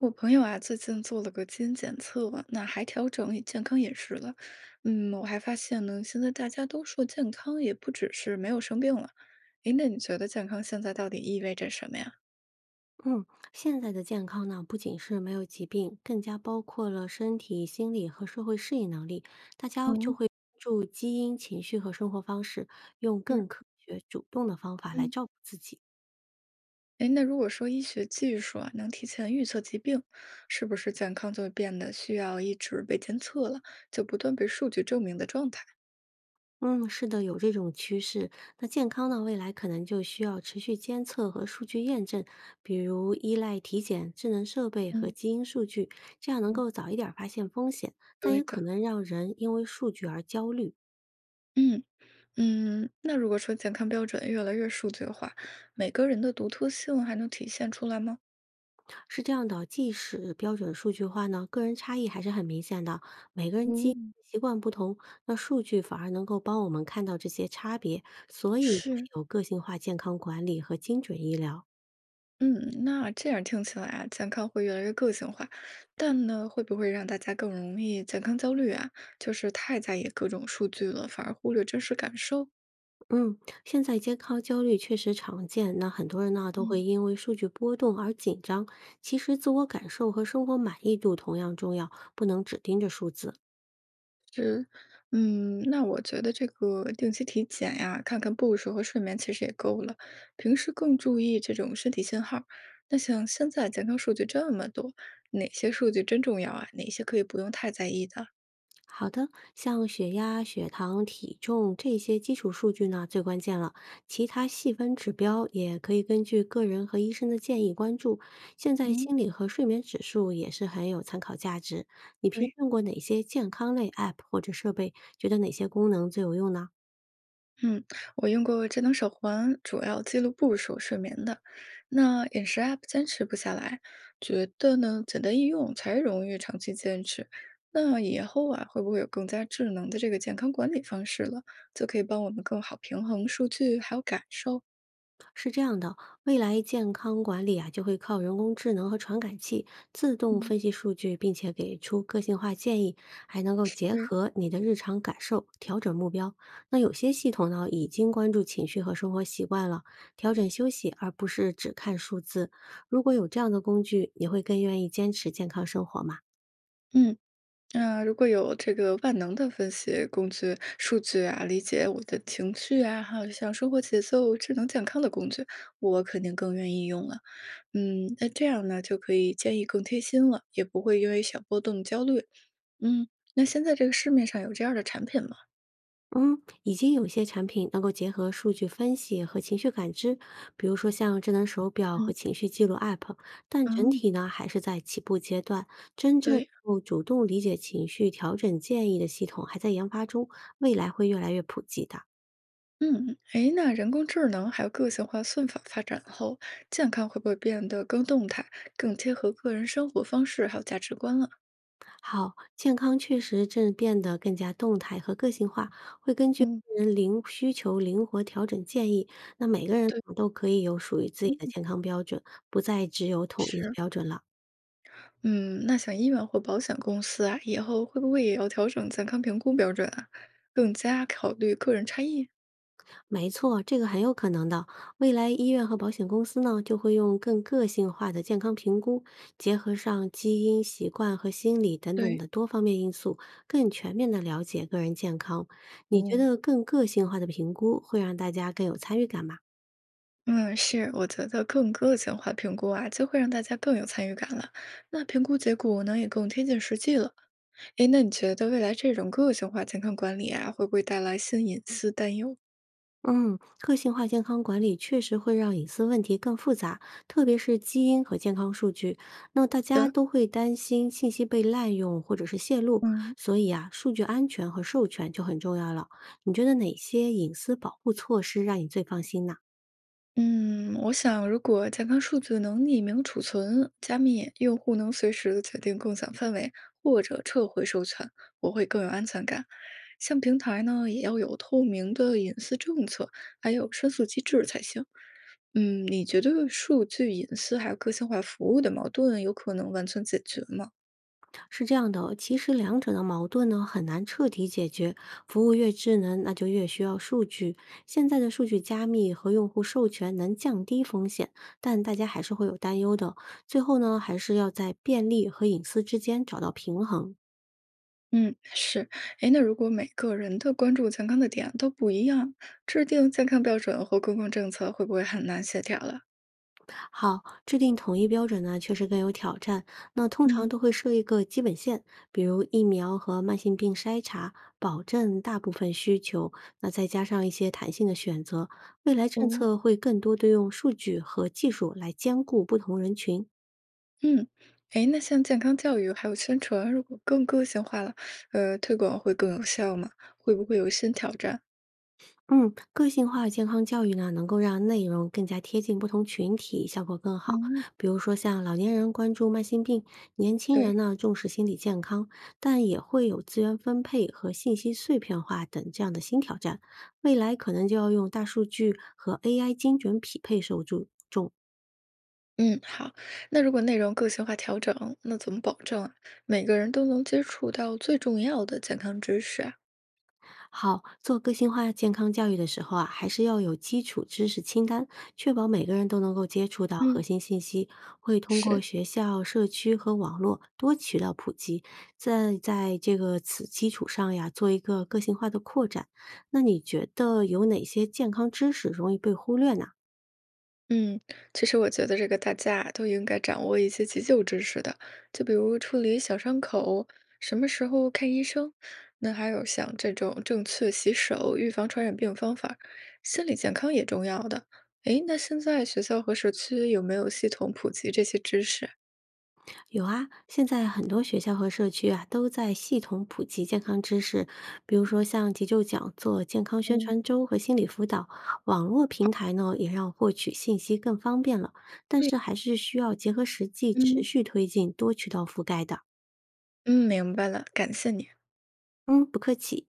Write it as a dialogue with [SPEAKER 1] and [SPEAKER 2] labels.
[SPEAKER 1] 我朋友啊，最近做了个基因检测，那还调整以健康饮食了。嗯，我还发现呢，现在大家都说健康也不只是没有生病了。诶，那你觉得健康现在到底意味着什么呀？
[SPEAKER 2] 嗯，现在的健康呢，不仅是没有疾病，更加包括了身体、心理和社会适应能力。大家就
[SPEAKER 1] 嗯，
[SPEAKER 2] 会关注基因、情绪和生活方式，用
[SPEAKER 1] 是，
[SPEAKER 2] 更科学、主动的方法来
[SPEAKER 1] 嗯，
[SPEAKER 2] 照顾自己。
[SPEAKER 1] 诶，那如果说医学技术啊能提前预测疾病，是不是健康就会变得需要一直被监测了，就不断被数据证明的状态？
[SPEAKER 2] 嗯，是的，有这种趋势。那健康呢，未来可能就需要持续监测和数据验证，比如依赖体检、智能设备和
[SPEAKER 1] 嗯
[SPEAKER 2] 基因数据，这样能
[SPEAKER 1] 嗯，
[SPEAKER 2] 够早一点儿发现风险，但
[SPEAKER 1] 对
[SPEAKER 2] 也可
[SPEAKER 1] 的，
[SPEAKER 2] 能让人因为数据而焦虑。
[SPEAKER 1] 嗯，嗯，那如果说健康标准越来越数字化，每个人的独特性还能体现出来吗？
[SPEAKER 2] 是这样的，即使标准数据化呢，个人差异还是很明显的。每个人基因
[SPEAKER 1] 嗯，
[SPEAKER 2] 习惯不同，那数据反而能够帮我们看到这些差别，所以才
[SPEAKER 1] 是，
[SPEAKER 2] 有个性化健康管理和精准医疗。
[SPEAKER 1] 嗯，那这样听起来啊，健康会越来越个性化，但呢，会不会让大家更容易健康焦虑啊？就是太在意各种数据了，反而忽略真实感受。
[SPEAKER 2] 嗯，现在健康焦虑确实常见，那很多人呢都会
[SPEAKER 1] 嗯。
[SPEAKER 2] 因为数据波动而紧张。其实，自我感受和生活满意度同样重要，不能只盯着数字。
[SPEAKER 1] 嗯，那我觉得这个定期体检呀，看看步数和睡眠其实也够了。平时更注意这种身体信号。那像现在健康数据这么多，哪些数据真重要啊？哪些可以不用太在意的？
[SPEAKER 2] 好的，像血压、血糖、体重这些基础数据呢，最关键了。其他细分指标也可以根据个人和医生的建议关注。现在
[SPEAKER 1] 嗯，
[SPEAKER 2] 心理和睡眠指数也是很有参考价值。你平时
[SPEAKER 1] 对。
[SPEAKER 2] 用过哪些健康类 App 或者设备？觉得哪些功能最有用呢？
[SPEAKER 1] 嗯，我用过智能手环，主要记录步数、睡眠的。那饮食 app 坚持不下来，觉得呢简单易用才容易长期坚持。那以后啊，会不会有更加智能的这个健康管理方式了，就可以帮我们更好平衡数据还有感受？
[SPEAKER 2] 是这样的，未来健康管理啊，就会靠人工智能和传感器自动
[SPEAKER 1] 嗯，
[SPEAKER 2] 分析数据，并且给出个性化建议，还能够结
[SPEAKER 1] 是，
[SPEAKER 2] 合你的日常感受调整目标。那有些系统呢，已经关注情绪和生活习惯了，调整休息，而不是只看数字。如果有这样的工具，你会更愿意坚持健康生活吗？
[SPEAKER 1] 嗯，那如果有这个万能的分析工具、数据啊，理解我的情绪啊，还有像生活节奏、智能健康的工具，我肯定更愿意用了。嗯，那这样呢，就可以建议更贴心了，也不会因为小波动焦虑。嗯，那现在这个市面上有这样的产品吗？
[SPEAKER 2] 嗯，已经有些产品能够结合数据分析和情绪感知，比如说像智能手表和
[SPEAKER 1] 嗯，
[SPEAKER 2] 情绪记录 App，但整
[SPEAKER 1] 嗯，
[SPEAKER 2] 体呢还是在起步阶段。真正
[SPEAKER 1] 对，
[SPEAKER 2] 能够主动理解情绪、调整建议的系统还在研发中，未来会越来越普及的。
[SPEAKER 1] 嗯，哎，那人工智能还有个性化算法发展后，健康会不会变得更动态，更贴合个人生活方式还有价值观了？
[SPEAKER 2] 好，健康确实正变得更加动态和个性化，会根据个
[SPEAKER 1] 嗯，
[SPEAKER 2] 人灵需求灵活调整建议。那每个人
[SPEAKER 1] 对，
[SPEAKER 2] 都可以有属于自己
[SPEAKER 1] 嗯，
[SPEAKER 2] 的健康标准，不再只有统一的
[SPEAKER 1] 是，
[SPEAKER 2] 标准了。
[SPEAKER 1] 嗯，那像医院或保险公司啊，以后会不会也要调整健康评估标准啊，更加考虑个人差异？
[SPEAKER 2] 没错，这个很有可能的。未来医院和保险公司呢，就会用更个性化的健康评估，结合上基因、习惯和心理等等
[SPEAKER 1] 对，
[SPEAKER 2] 的多方面因素，更全面的了解个人健康。你觉
[SPEAKER 1] 哦。
[SPEAKER 2] 得更个性化的评估会让大家更有参与感吗？
[SPEAKER 1] 嗯，是，我觉得更个性化评估啊，就会让大家更有参与感了。那评估结果呢，也更贴近实际了。诶，那你觉得未来这种个性化健康管理啊，会不会带来新隐私担忧
[SPEAKER 2] 嗯，个性化健康管理确实会让隐私问题更复杂，特别是基因和健康数据。那大家
[SPEAKER 1] 的？
[SPEAKER 2] 都会担心信息被滥用或者是泄露，
[SPEAKER 1] 嗯
[SPEAKER 2] 所以啊，数据安全和授权就很重要了。你觉得哪些隐私保护措施让你最放心呢？
[SPEAKER 1] 嗯，我想，如果健康数据能匿名储存、加密，用户能随时的决定共享范围或者撤回授权，我会更有安全感。像平台呢，也要有透明的隐私政策，还有申诉机制才行。嗯，你觉得数据隐私还有个性化服务的矛盾有可能完全解决吗？
[SPEAKER 2] 是这样的哦其实两者的矛盾呢很难彻底解决。服务越智能，那就越需要数据。现在的数据加密和用户授权能降低风险，但大家还是会有担忧的。最后呢，还是要在便利和隐私之间找到平衡。
[SPEAKER 1] 嗯，是，哎，那如果每个人的关注健康的点都不一样，制定健康标准和公共政策会不会很难协调了？
[SPEAKER 2] 好，制定统一标准呢，确实更有挑战。那通常
[SPEAKER 1] 嗯
[SPEAKER 2] 都会设一个基本线，比如疫苗和慢性病筛查，保证大部分需求。那再加上一些弹性的选择，未来政
[SPEAKER 1] 哦，
[SPEAKER 2] 策会更多的用数据和技术来兼顾不同人群。
[SPEAKER 1] 嗯，哎，那像健康教育还有宣传，如果更个性化了，推广会更有效吗？会不会有新挑战？
[SPEAKER 2] 嗯，个性化健康教育呢，能够让内容更加贴近不同群体，效果更好。
[SPEAKER 1] 嗯。
[SPEAKER 2] 比如说，像老年人关注慢性病，年轻人
[SPEAKER 1] 对。
[SPEAKER 2] 呢重视心理健康，但也会有资源分配和信息碎片化等这样的新挑战。未来可能就要用大数据和 AI 精准匹配受众。
[SPEAKER 1] 嗯，好。那如果内容个性化调整，那怎么保证啊每个人都能接触到最重要的健康知识啊？
[SPEAKER 2] 好，做个性化健康教育的时候啊，还是要有基础知识清单，确保每个人都能够接触到核
[SPEAKER 1] 嗯，
[SPEAKER 2] 心信息。会通过
[SPEAKER 1] 是，
[SPEAKER 2] 学校、社区和网络多渠道普及，在这个此基础上呀，做一个个性化的扩展。那你觉得有哪些健康知识容易被忽略呢？
[SPEAKER 1] 嗯，其实我觉得这个大家啊都应该掌握一些急救知识的，就比如处理小伤口，什么时候看医生，那还有像这种正确洗手、预防传染病方法心理健康也重要的。诶，那现在学校和社区有没有系统普及这些知识？
[SPEAKER 2] 有啊，现在很多学校和社区啊都在系统普及健康知识，比如说像急救讲座、健康宣
[SPEAKER 1] 嗯
[SPEAKER 2] 传周和心理辅导。网络平台呢也让获取信息更方便了，但
[SPEAKER 1] 对，
[SPEAKER 2] 是还是需要结合实际持
[SPEAKER 1] 嗯。
[SPEAKER 2] 续推进，多渠道覆盖的。
[SPEAKER 1] 嗯，明白了，感谢你。
[SPEAKER 2] 嗯，不客气。